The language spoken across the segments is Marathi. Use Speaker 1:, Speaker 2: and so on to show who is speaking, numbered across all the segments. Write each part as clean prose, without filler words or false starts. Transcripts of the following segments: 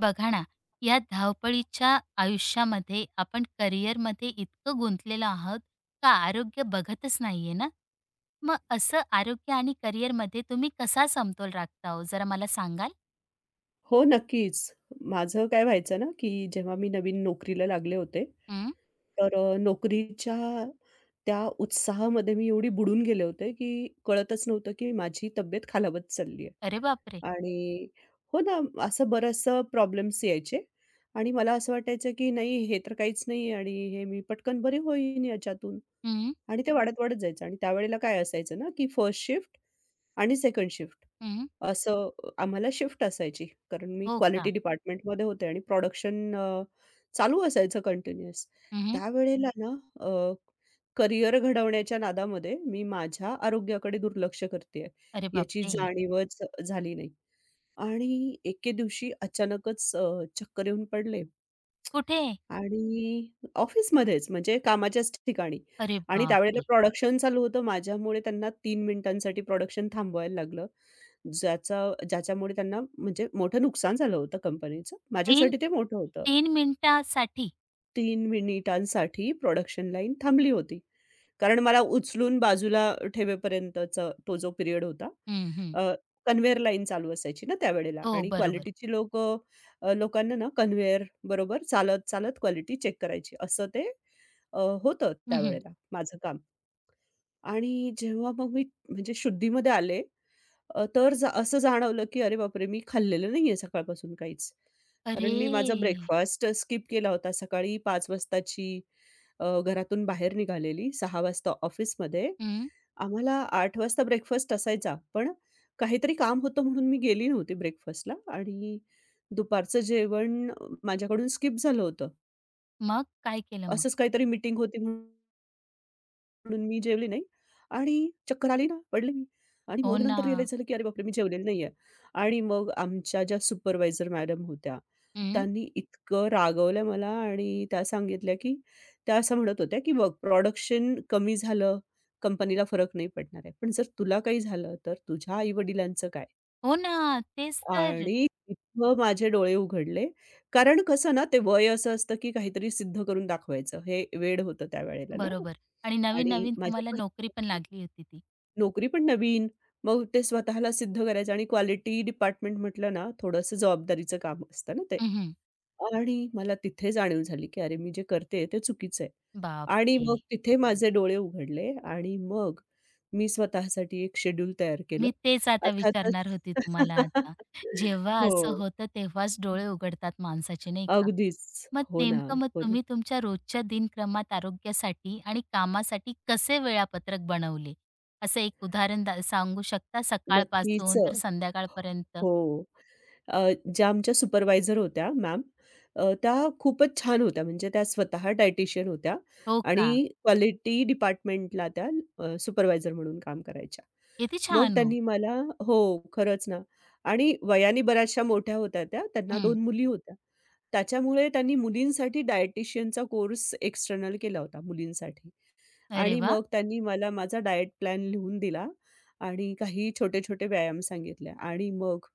Speaker 1: बघा ना, या धावपळीच्या आयुष्यामध्ये आपण करिअरमध्ये इतकं गुंतलेलो आहोत का आरोग्य बघतच नाहीये ना. मग असं आरोग्य आणि करिअरमध्ये तुम्ही कसा समतोल राखता हो? जरा मला सांगाल?
Speaker 2: हो, नक्कीच. माझं काय व्हायचं ना, की जेव्हा मी नवीन नोकरीला लागले होते,
Speaker 1: हं.
Speaker 2: तर नोकरीच्या त्या उत्साहामध्ये मी एवढी बुडून गेले होते, की कळतच नव्हतं, की माझी तब्येत खालावत चालली आहे.
Speaker 1: अरे बापरे!
Speaker 2: आणि हो ना, असं बरचसं प्रॉब्लेम्स यायचे आणि मला असं वाटायचं, की नाही हे तर काहीच नाही आणि हे मी पटकन बरी होईन याच्यातून.
Speaker 1: हं,
Speaker 2: आणि ते वाढत, वाढत जायचं आणि त्यावेळेला काय असायचं ना, की फर्स्ट शिफ्ट आणि सेकंड शिफ्ट
Speaker 1: हं.
Speaker 2: असं आम्हाला शिफ्ट असायची. कारण मी
Speaker 1: हो
Speaker 2: क्वालिटी
Speaker 1: का?
Speaker 2: डिपार्टमेंटमध्ये होते आणि प्रोडक्शन चालू असायचं कंटिन्युअस.
Speaker 1: हं,
Speaker 2: त्यावेळेला ना अ, करियर घडवण्याच्या नादामध्ये मी माझ्या आरोग्याकडे दुर्लक्ष करते
Speaker 1: अरे
Speaker 2: याची
Speaker 1: बापरे!
Speaker 2: जाणीवच झाली नाही. आणि एके दिवशी अचानकच चक्कर येऊन पडले.
Speaker 1: कुठे?
Speaker 2: आणि ऑफिसमध्येच म्हणजे कामाच्याच ठिकाणी.
Speaker 1: अरे
Speaker 2: आणि त्यावेळेला
Speaker 1: बापरे!
Speaker 2: प्रोडक्शन चालू होतं. माझ्यामुळे त्यांना 3 मिनिटांसाठी प्रोडक्शन थांबवायला लागलं. ज्याचा ज्याच्यामुळे त्यांना म्हणजे मोठं नुकसान झालं होतं कंपनीचं.
Speaker 1: 3
Speaker 2: माझ्यासाठी ते मोठं होतं.
Speaker 1: 3 मिनिटासाठी?
Speaker 2: 3 मिनिटांसाठी प्रोडक्शन लाईन थांबली होती. कारण मला उचलून बाजूला ठेवेपर्यंतचा तो जो पिरियड होता,
Speaker 1: हं, हं.
Speaker 2: अ, कन्व्हेअर लाईन चालू असायची ना त्यावेळेला
Speaker 1: हो,
Speaker 2: आणि
Speaker 1: बरोबर.
Speaker 2: क्वालिटीची लोकं लोकांना ना कन्व्हेअर बरोबर चालत, चालत क्वालिटी चेक करायची. असं ते होतं
Speaker 1: हं, हं.
Speaker 2: त्यावेळेला माझं काम. आणि जेव्हा मग मी म्हणजे शुद्धीमध्ये आले, तर जा असं जाणवलं, की अरे बापरे! मी खाल्लेलं नाहीये सकाळपासून काहीच. कारण
Speaker 1: अरे!
Speaker 2: मी माझा ब्रेकफास्ट स्किप केला होता. सकाळी 5 वाजताची घरातून बाहेर निघालेली, 6 वाजता ऑफिसमध्ये.
Speaker 1: हं.
Speaker 2: आम्हाला 8 वाजता ब्रेकफास्ट असायचा, पण काहीतरी काम होतं म्हणून मी गेली नव्हती ब्रेकफास्टला आणि दुपारचं जेवण माझ्याकडून स्किप झालं होतं.
Speaker 1: मग काय केलं मग?
Speaker 2: असंच काहीतरी मीटिंग होती म्हणून म्हणून मी जेवली नाही आणि चक्कर आली ना, पडले मी आणि
Speaker 1: हो
Speaker 2: मग
Speaker 1: ना.
Speaker 2: नंतर रिअलाईज झालं, की अरे बापरे! मी जेवलेली नाहीये. आणि मग आमच्या ज्या सुपरवायझर मॅडम होत्या,
Speaker 1: हं.
Speaker 2: त्यांनी इतकं रागवलं मला आणि त्या सांगितल्या, की त्या असं म्हणत होत्या, की "बघ प्रोडक्शन कमी झालं, कंपनीला फरक नाही पडणार आहे. पण जर तुला काही झालं, तर तुझ्या आई-वडिलांचं काय?"
Speaker 1: हो ना. तेच तर.
Speaker 2: आणि तिथं माझे डोळे उघडले. कारण कसं ना, ते वय असं असतं, की काहीतरी सिद्ध करून दाखवायचं. हे वेड होतं त्यावेळेला ना.
Speaker 1: बरोबर आणि
Speaker 2: आणि
Speaker 1: नवीन-नवीन
Speaker 2: माझे
Speaker 1: तुम्हाला नोकरी
Speaker 2: पहिले
Speaker 1: पण लागली होती ती.
Speaker 2: नोकरी पण नवीन. मग ते स्वतःला सिद्ध करायचं आणि क्वालिटी डिपार्टमेंट म्हटलं ना, थोडंसं जबाबदारीचं काम असतं ना ते.
Speaker 1: हं, हं.
Speaker 2: आणि मला तिथे जाणीव झाली, की अरे मी जे करते ते चुकीचं आहे. आणि
Speaker 1: बापरे!
Speaker 2: मग तिथे माझे डोळे उघडले आणि मग मी स्वतःसाठी एक शेड्यूल तयार केलं.
Speaker 1: मी तेच आता
Speaker 2: अर्थातच.
Speaker 1: विचारणार होती तुम्हाला आता. जेव्हा असं
Speaker 2: हो.
Speaker 1: होतं तेव्हाच डोळे उघडतात माणसाचे नाही का?
Speaker 2: अगदीच.
Speaker 1: मग
Speaker 2: हो ना,
Speaker 1: नेमकं मग
Speaker 2: हो ना.
Speaker 1: तुम्ही तुमच्या रोजच्या दिनक्रमात आरोग्यासाठी आणि कामासाठी कसे वेळापत्रक बनवले? असं एक उदाहरण दा सांगू शकता
Speaker 2: नक्कीच.
Speaker 1: सकाळपासून तर संध्याकाळपर्यंत?
Speaker 2: हो. अ, ज्या आमच्या सुपरवायझर होत्या मॅम, त्या खूपच छान होत्या. म्हणजे त्या स्वतः डायटीशियन होत्या
Speaker 1: हो का?
Speaker 2: आणि क्वालिटी डिपार्टमेंटला त्या सुपरवायझर म्हणून काम करायच्या.
Speaker 1: किती
Speaker 2: मग
Speaker 1: छान हो.
Speaker 2: त्यांनी मला, हो, खरंच ना. आणि वयाने बऱ्याचशा मोठ्या होत्या त्या. त्यांना
Speaker 1: हं.
Speaker 2: 2 मुली होत्या. त्याच्यामुळे त्यांनी मुलींसाठी डायटीशियनचा कोर्स एक्सटर्नल केला होता मुलींसाठी.
Speaker 1: अरे
Speaker 2: आणि
Speaker 1: वाह!
Speaker 2: मग त्यांनी मला माझा डाएट प्लॅन लिहून दिला आणि काही छोटे-छोटे व्यायाम सांगितले आणि मग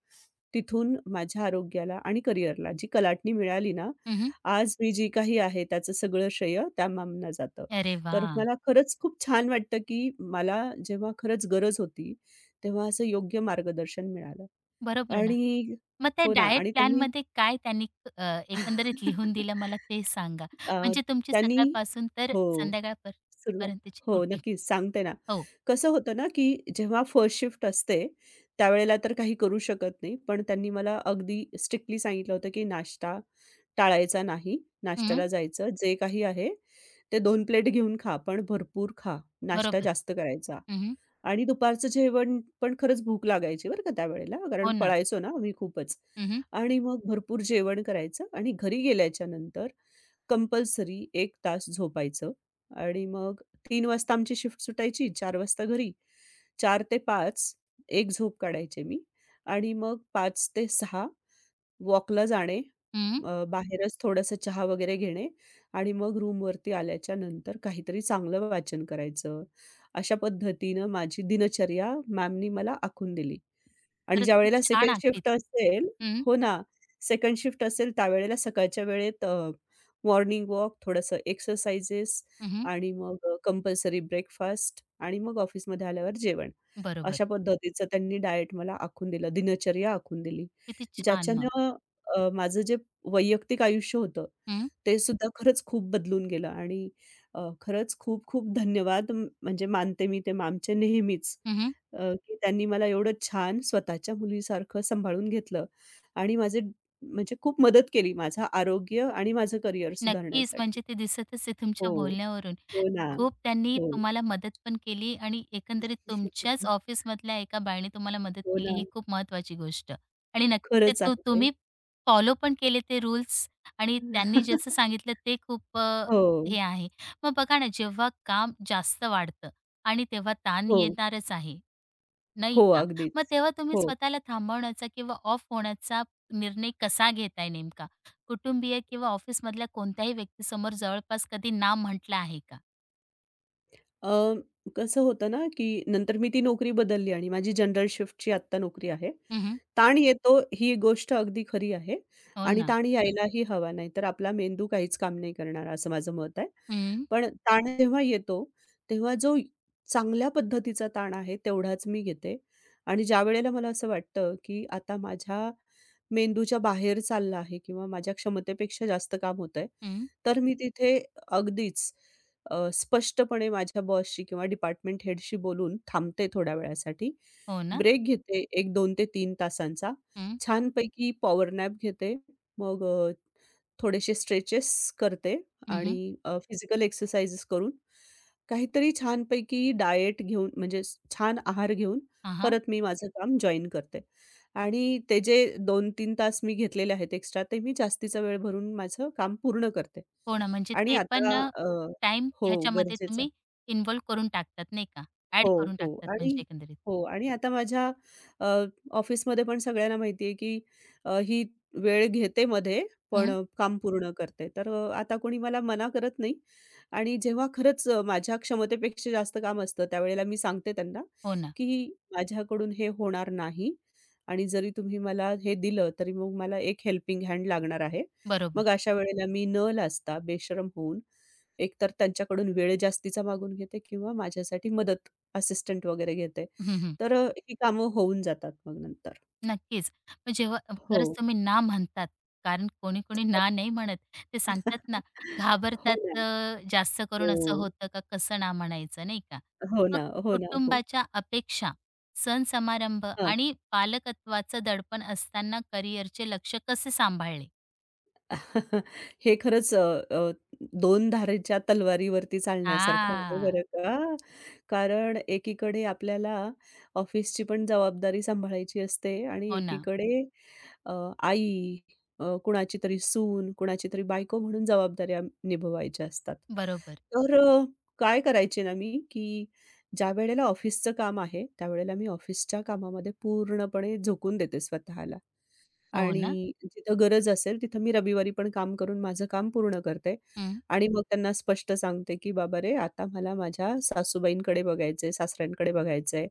Speaker 2: तिथून माझ्या आरोग्याला आणि करिअरला जी कलाटणी मिळाली ना,
Speaker 1: हं,
Speaker 2: आज मी जी काही आहे त्याचं सगळं श्रेय त्या मॅमना जातं.
Speaker 1: अरे
Speaker 2: तर
Speaker 1: वाह!
Speaker 2: मला खरंच खूप छान वाटतं, की मला जेव्हा खरंच गरज होती, तेव्हा असं योग्य मार्गदर्शन मिळालं.
Speaker 1: बरोबर ना.
Speaker 2: आणि
Speaker 1: मग त्या
Speaker 2: हो ना
Speaker 1: डायट
Speaker 2: आणि त्यांनी
Speaker 1: प्लॅनमध्ये काय त्यांनी अ, एकंदरीत लिहून दिलं मला ते सांगा?
Speaker 2: अ,
Speaker 1: म्हणजे तुमची
Speaker 2: त्यांनी
Speaker 1: सकाळपासून तर
Speaker 2: हो.
Speaker 1: संध्याकाळपर
Speaker 2: सुरुवात.
Speaker 1: पर्यंतची
Speaker 2: हो,
Speaker 1: रुटीन.
Speaker 2: नक्कीच सांगते ना.
Speaker 1: हो.
Speaker 2: कसं होतं ना, की जेव्हा फर्स्ट शिफ्ट असते, त्यावेळेला तर काही करू शकत नाही. पण त्यांनी मला अगदी स्ट्रिक्टली सांगितलं होतं, की नाश्ता टाळायचा नाही.
Speaker 1: हं.
Speaker 2: नाश्त्याला जायचं. जे काही आहे ते 2 प्लेट घेऊन खा, पण भरपूर खा. नाश्ता
Speaker 1: बरोबर.
Speaker 2: जास्त करायचा.
Speaker 1: हं,
Speaker 2: आणि दुपारचं जेवण पण खरंच भूक लागायची बरं का त्यावेळेला, कारण
Speaker 1: हो ना.
Speaker 2: पळायचो ना आम्ही खूपच.
Speaker 1: हं, हं.
Speaker 2: आणि मग भरपूर जेवण करायचं आणि घरी गेल्याच्यानंतर कंपल्सरी एक तास झोपायचं आणि मग 3 वाजता आमची शिफ्ट सुटायची, 4 वाजता घरी. 4 ते 5 एक झोप काढायचे मी आणि मग 5 ते 6 वॉकला जाणे,
Speaker 1: हं.
Speaker 2: बाहेरच थोडासा चहा वगैरे घेणे आणि मग रूमवरती आल्याच्या नंतर काहीतरी चांगलं वाचन करायचं. अशा पद्धतीनं माझी दिनचर्या मॅमनी मला आखून दिली. आणि
Speaker 1: खरंच खूप
Speaker 2: ज्यावेळेला
Speaker 1: छान
Speaker 2: सेकंड
Speaker 1: आखली
Speaker 2: शिफ्ट
Speaker 1: ती.
Speaker 2: असेल,
Speaker 1: हं,
Speaker 2: हो ना, सेकंड शिफ्ट असेल त्यावेळेला सकाळच्या वेळेत मॉर्निंग वॉक, थोडंसं एक्सरसाइजेस
Speaker 1: हं,
Speaker 2: आणि मग कंपल्सरी ब्रेकफास्ट आणि मग ऑफिसमध्ये आल्यावर जेवण.
Speaker 1: बरोबर.
Speaker 2: अशा पद्धतीचं त्यांनी डाएट मला आखून दिलं, दिनचर्या आखून दिली.
Speaker 1: किती छान मग.
Speaker 2: ज्याच्यानं माझं जे वैयक्तिक आयुष्य होतं,
Speaker 1: हं,
Speaker 2: ते सुद्धा खरंच खूप बदलून गेलं आणि खरंच खूप खूप धन्यवाद म्हणजे मानते मी ते आमचे नेहमीच.
Speaker 1: हं, हं.
Speaker 2: की त्यांनी मला एवढं छान स्वतःच्या मुलीसारखं सांभाळून घेतलं आणि माझे म्हणजे खूप मदत केली माझं आरोग्य आणि माझं करिअर
Speaker 1: नक्कीच
Speaker 2: सुधारण्यासाठी.
Speaker 1: म्हणजे ते दिसतच आहे
Speaker 2: हो,
Speaker 1: तुमच्या बोलण्यावरून.
Speaker 2: हो ना.
Speaker 1: खूप त्यांनी
Speaker 2: हो.
Speaker 1: तुम्हाला मदत पण केली आणि एकंदरीत तुमच्याच ऑफिसमधल्या एका बाईने तुम्हाला मदत
Speaker 2: हो
Speaker 1: केली
Speaker 2: ना.
Speaker 1: ही खूप महत्वाची गोष्ट आणि नक्कीच ते
Speaker 2: खरंच
Speaker 1: तू
Speaker 2: आहे ते.
Speaker 1: तुम्ही फॉलो पण केले ते रूल्स आणि त्यांनी जसं सांगितलं ते खूप
Speaker 2: हो,
Speaker 1: हे आहे. मग बघा ना जेव्हा काम जास्त वाढतं आणि तेव्हा ताण
Speaker 2: हो.
Speaker 1: येणारच आहे, नाही
Speaker 2: हो,
Speaker 1: का? मग
Speaker 2: अगदीच.
Speaker 1: तेव्हा तुम्ही
Speaker 2: हो.
Speaker 1: स्वतःला थांबवण्याचा किंवा ऑफ होण्याचा निर्णय कसा घेताय नेमका? कुटुंबीय किंवा ऑफिसमधल्या कोणत्याही व्यक्तीसमोर जवळपास कधी ना म्हटलं आहे का?
Speaker 2: अ, कसं होतं ना, की नंतर मी ती नोकरी बदलली आणि माझी जनरल शिफ्टची आत्ता नोकरी आहे. ताण येतो ही गोष्ट अगदी खरी आहे
Speaker 1: हो
Speaker 2: आणि
Speaker 1: ना.
Speaker 2: ताण हं. यायलाही हवा नाही, तर आपला मेंदू काहीच काम नाही करणार असं माझं मत आहे.
Speaker 1: हं,
Speaker 2: पण ताण जेव्हा येतो, तेव्हा जो चांगल्या पद्धतीचा ताण आहे तेवढाच मी घेते आणि ज्यावेळेला मला असं वाटतं, की आता माझ्या मेंदूच्या बाहेर चाललं आहे किंवा माझ्या क्षमतेपेक्षा जास्त काम होतंय.
Speaker 1: हं.
Speaker 2: तर मी तिथे अगदीच स्पष्टपणे माझ्या बॉसशी किंवा डिपार्टमेंट हेडशी बोलून थांबते थोड्या वेळासाठी.
Speaker 1: हो ना.
Speaker 2: ब्रेक घेते एक 2 ते 3 तासांचा.
Speaker 1: हं,
Speaker 2: छानपैकी पॉवर नॅप घेते. मग थोडेसे स्ट्रेचेस करते
Speaker 1: हं, हं.
Speaker 2: आणि फिजिकल एक्सरसाइज करून काहीतरी छानपैकी डाएट घेऊन म्हणजे छान आहार घेऊन
Speaker 1: हां,
Speaker 2: परत मी माझं काम जॉइन करते. आणि ते जे 2-3 तास मी घेतलेले आहेत एक्स्ट्रा, ते मी जास्तीचा वेळ भरून माझं काम पूर्ण करते.
Speaker 1: हो ना, म्हणजे
Speaker 2: आणि
Speaker 1: ते
Speaker 2: आता
Speaker 1: पण
Speaker 2: हो,
Speaker 1: ह्याच्यामध्ये
Speaker 2: गरजेचं आहे.
Speaker 1: तुम्ही इन्व्हॉल्व करून टाकतात नाही का? ॲड
Speaker 2: हो,
Speaker 1: करून
Speaker 2: हो.
Speaker 1: टाकतात
Speaker 2: आणि
Speaker 1: म्हणजे एकंदरीत.
Speaker 2: हो आणि आता माझ्या अ, ऑफिसमध्ये पण सगळ्यांना माहिती आहे, की ही वेळ घेते मध्ये, पण
Speaker 1: हं.
Speaker 2: काम पूर्ण करते. तर आता कोणी मला मना करत नाही आणि जेव्हा खरंच माझ्या क्षमतेपेक्षा जास्त काम असतं, त्यावेळेला मी सांगते त्यांना,
Speaker 1: हो ना.
Speaker 2: की माझ्याकडून हे होणार नाही आणि जरी तुम्ही मला हे दिलं, तरी मग मला एक हेल्पिंग हँड लागणार आहे.
Speaker 1: बरोबर.
Speaker 2: मग अशा वेळेला मी न लाजता, बेशरम होऊन, एकतर त्यांच्याकडून वेळ जास्तीचा मागून घेते किंवा माझ्यासाठी मदत असिस्टंट वगैरे घेते.
Speaker 1: हं, हं.
Speaker 2: तर ही कामं होऊन जातात मग नंतर.
Speaker 1: नक्कीच. मग जेव्हा
Speaker 2: हो.
Speaker 1: खरंच तुम्ही ना म्हणतात, कारण कोणी-कोणी
Speaker 2: हो.
Speaker 1: ना नाही म्हणत. ते सांगतात ना,
Speaker 2: हो
Speaker 1: घाबरतात
Speaker 2: ना.
Speaker 1: जास्त करून
Speaker 2: हो.
Speaker 1: असं होतं का कसं ना म्हणायचं, नाही का?
Speaker 2: हो
Speaker 1: मग
Speaker 2: ना, हो ना, हो.
Speaker 1: कुटुंबाच्या अपेक्षा, सण समारंभ
Speaker 2: हां.
Speaker 1: आणि पालकत्वाचं दडपण असताना करिअरचे लक्ष कसे सांभाळले?
Speaker 2: हे खरंच अ, अ, 2 धारेच्या तलवारीवरती चालण्यासारखं आहे
Speaker 1: हां.
Speaker 2: बरं का. कारण एकीकडे आपल्याला ऑफिसची पण जबाबदारी सांभाळायची असते आणि
Speaker 1: हो ना.
Speaker 2: एकीकडे अ, आई, कुणाची तरी सून, कुणाची तरी बायको म्हणून जबाबदाऱ्या निभवायच्या असतात.
Speaker 1: बरोबर.
Speaker 2: तर काय करायचे ना मी, की ज्यावेळेला ऑफिसचं काम आहे, त्यावेळेला मी ऑफिसच्या कामामध्ये पूर्णपणे झोकून देते स्वतःला.
Speaker 1: हो ना?
Speaker 2: आणि जिथं गरज असेल तिथं मी रविवारी पण काम करून माझं काम पूर्ण करते
Speaker 1: हं.
Speaker 2: आणि मग त्यांना स्पष्ट सांगते, की "बाबा रे, आता मला माझ्या सासूबाईंकडे बघायचंय, सासऱ्यांकडे बघायचंय,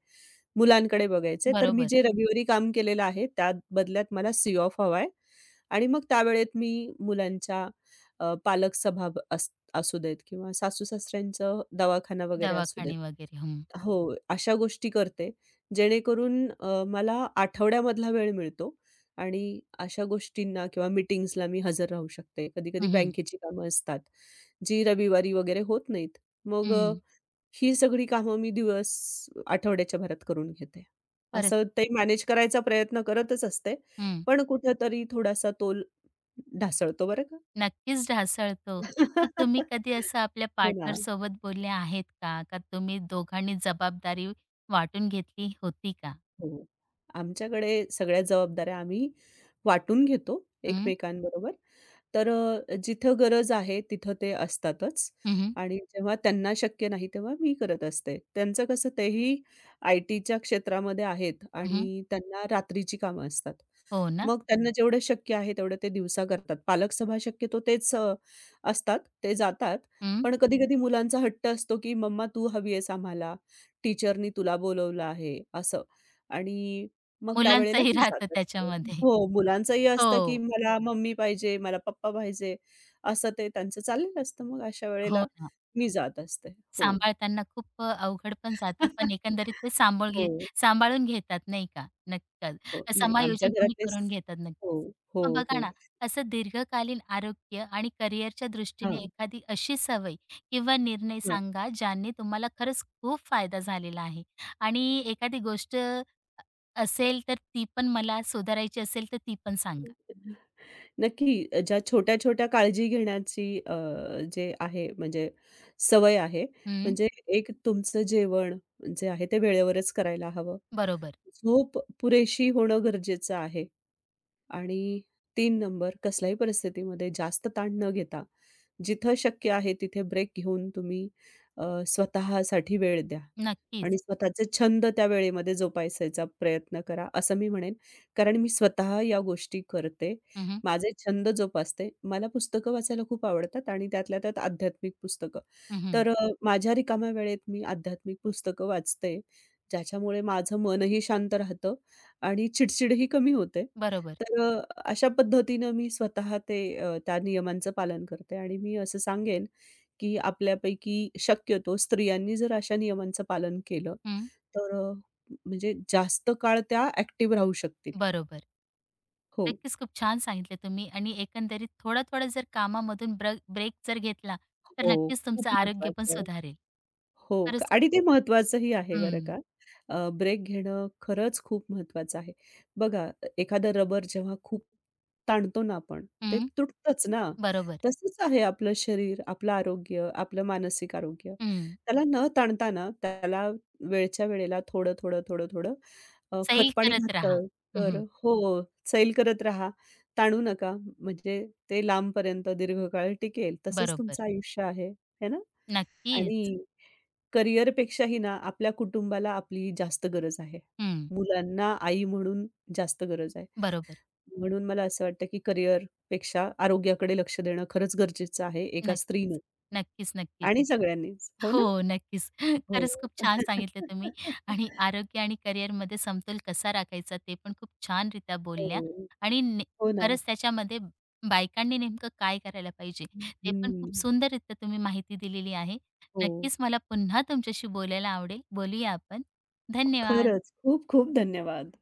Speaker 2: मुलांकडे बघायचंय. तर मी
Speaker 1: बरोबर.
Speaker 2: जे रविवारी काम केलेलं आहे, त्या बदल्यात मला सी ऑफ हवाय." आणि मग त्यावेळेत मी मुलांच्या पालक सभा ब- अस असू देत किंवा सासू-सासऱ्यांचं दवाखाना वगैरे असू देत.
Speaker 1: दवाखाने वगैरे. हं.
Speaker 2: हो, अशा गोष्टी करते, जेणेकरून मला आठवड्यामधला वेळ मिळतो आणि अशा गोष्टींना किंवा मीटिंग्सला मी हजर राहू शकते. कधी-कधी
Speaker 1: हं, हं.
Speaker 2: बँकेची कामं असतात, जी रविवारी वगैरे होत नाहीत. मग
Speaker 1: हं.
Speaker 2: ही सगळी कामं मी आठवड्याच्या भरात करून घेते.
Speaker 1: खरंच.
Speaker 2: असं ते मॅनेज करायचा प्रयत्न करतच असते,
Speaker 1: हं.
Speaker 2: पण कुठेतरी थोडासा तोल ढासळतो बरं का.
Speaker 1: नक्कीच ढासळतो. मग तुम्ही कधी असं आपल्या
Speaker 2: हो ना.
Speaker 1: पार्टनरसोबत बोलले आहेत का? का तुम्ही दोघांनी जबाबदारी वाटून घेतली होती का?
Speaker 2: हो. आमच्याकडे सगळ्या जबाबदाऱ्या आम्ही वाटून घेतो एकमेकांबरोबर. तर जिथं गरज आहे तिथं ते असतातच
Speaker 1: हं,
Speaker 2: आणि जेव्हा त्यांना शक्य नाही तेव्हा मी करत असते. त्यांचं कसं तेही आय-टीच्या क्षेत्रामध्ये आहेत
Speaker 1: हं, हं.
Speaker 2: आणि त्यांना रात्रीची कामं असतात.
Speaker 1: हो ना?
Speaker 2: मग त्यांना जेवढं शक्य आहे तेवढं ते दिवसा करतात. पालक सभा शक्यतो तेच असतात, ते जातात.
Speaker 1: हं.
Speaker 2: पण कधी-कधी मुलांचा हट्ट असतो, की "मम्मा तू हवी आहेस आम्हाला, टीचरनी तुला बोलवलं आहे," असं. आणि मग त्यावेळेला
Speaker 1: मुलांचंही
Speaker 2: मी
Speaker 1: राहतं
Speaker 2: जात असते.
Speaker 1: त्याच्यामध्ये.
Speaker 2: हो, मुलांचंही असतं,
Speaker 1: हो.
Speaker 2: की "मला मम्मी पाहिजे, मला पप्पा पाहिजे," असं ते त्यांचं चाललेलं असतं. मग अशा
Speaker 1: हो
Speaker 2: वेळेला
Speaker 1: ना.
Speaker 2: मी जात असते. हो.
Speaker 1: सांभाळताना खूप अवघड पण जातं, पण एकंदरीत ते सांभाळ घे
Speaker 2: हो,
Speaker 1: सांभाळून घेतात नाही का? नक्कीच.
Speaker 2: हो. नाही आमच्या
Speaker 1: समायोजन तुम्ही
Speaker 2: घरातलेच.
Speaker 1: करून घेतात नक्कीच.
Speaker 2: हो, हो,
Speaker 1: मग बघा
Speaker 2: हो.
Speaker 1: ना, असं दीर्घकालीन आरोग्य आणि करिअरच्या दृष्टीने
Speaker 2: हां.
Speaker 1: एखादी अशी सवय किंवा निर्णय सांगा, ज्याने तुम्हाला खरंच खूप फायदा झालेला आहे आणि एखादी गोष्ट असेल, तर ती पण मला सुधारायची असेल, तर ती पण सांगा?
Speaker 2: नक्की. ज्या छोट्या-छोट्या काळजी घेण्याची जे आहे म्हणजे सवय आहे.
Speaker 1: हं,
Speaker 2: म्हणजे एक तुमचं जेवण जे आहे ते वेळेवरच करायला हवं.
Speaker 1: बरोबर.
Speaker 2: झोप पुरेशी होणं गरजेचं आहे. आणि 3 नंबर कसल्याही परिस्थितीमध्ये जास्त ताण न घेता जिथं शक्य आहे तिथे ब्रेक घेऊन तुम्ही स्वतःसाठी वेळ द्या
Speaker 1: नक्कीच.
Speaker 2: आणि स्वतःचे छंद त्या वेळेमध्ये जोपासायचा प्रयत्न करा, असं मी म्हणेन. कारण मी स्वतः या गोष्टी करते.
Speaker 1: हं, हं.
Speaker 2: माझे छंद जोपासते. मला पुस्तकं वाचायला खूप आवडतात आणि त्यातल्या त्यात आध्यात्मिक पुस्तकं. तर माझ्या रिकाम्या वेळेत मी आध्यात्मिक पुस्तकं वाचते, ज्याच्यामुळे माझं मनही शांत राहतं आणि चिडचिडही कमी होते.
Speaker 1: बरोबर.
Speaker 2: तर अशा पद्धतीनं मी स्वतः ते त्या नियमांचं पालन करते आणि मी असं सांगेन, की आपल्यापैकी शक्यतो स्त्रियांनी जर अशा नियमांचं पालन केलं,
Speaker 1: हं,
Speaker 2: तर म्हणजे जास्त काळ त्या ॲक्टिव्ह राहू शकतील.
Speaker 1: बरोबर.
Speaker 2: हो.
Speaker 1: नक्कीच, खूप छान सांगितलं तुम्ही आणि एकंदरीत थोड़ा-थोड़ा जर कामामधून ब्रेक जर घेतला, तर
Speaker 2: हो,
Speaker 1: नक्कीच
Speaker 2: खूप
Speaker 1: तुमचं आरोग्य पण
Speaker 2: महत्वाचं आहे.
Speaker 1: सुधारेल.
Speaker 2: हो का
Speaker 1: खरंच
Speaker 2: आणि ते महत्त्वाचंही आहे बरं
Speaker 1: हं,
Speaker 2: का. ब्रेक घेणं खरंच खूप महत्त्वाचं आहे. बघा एखादं रबर जेव्हा खूप ताणतो ना आपण, ते
Speaker 1: हं,
Speaker 2: तुटतंच ना.
Speaker 1: बरोबर.
Speaker 2: तसंच आहे आपलं शरीर, आपलं आरोग्य, आपलं मानसिक आरोग्य.
Speaker 1: हं,
Speaker 2: त्याला न ताणता त्याला वेळच्या वेळेला थोडं, थोडं, थोडं, थोडं
Speaker 1: सैल
Speaker 2: खतपाणी
Speaker 1: करत राहा.
Speaker 2: घातलं
Speaker 1: हं,
Speaker 2: तर
Speaker 1: हं,
Speaker 2: हो, सैल करत राहा. ताणू नका म्हणजे ते लांबपर्यंत दीर्घकाळ टिकेल. तसंच
Speaker 1: बरोबर.
Speaker 2: तुमचं आयुष्य आहे. है ना?
Speaker 1: नक्कीच.
Speaker 2: आणि करिअरपेक्षाही ना, आपल्या कुटुंबाला आपली जास्त गरज आहे.
Speaker 1: हं,
Speaker 2: मुलांना आई म्हणून जास्त गरज आहे.
Speaker 1: बरोबर.
Speaker 2: म्हणून मला असं वाटतं, की करिअरपेक्षा आरोग्याकडे लक्ष देणं खरंच गरजेचं आहे एका स्त्रीनं
Speaker 1: नक्कीच. नक्कीच, नक्कीच.
Speaker 2: आणि सगळ्यांनीच. हो
Speaker 1: हो,
Speaker 2: ना?
Speaker 1: नक्कीच.
Speaker 2: हो.
Speaker 1: खरंच खूप छान सांगितलं तुम्ही आणि आरोग्य आणि करिअरमध्ये समतोल कसा राखायचा ते पण खूप छानरित्या बोलल्या
Speaker 2: हो.
Speaker 1: आणि ने
Speaker 2: हो ना.
Speaker 1: खरंच त्याच्यामध्ये बायकांनी नेमकं काय करायला पाहिजे ते पण खूप
Speaker 2: हं.
Speaker 1: सुंदररित्या तुम्ही माहिती दिलेली आहे.
Speaker 2: हो.
Speaker 1: नक्कीच मला पुन्हा तुमच्याशी बोलायला आवडेल. बोलूया आपण. धन्यवाद.
Speaker 2: खरंच खूप खूप धन्यवाद.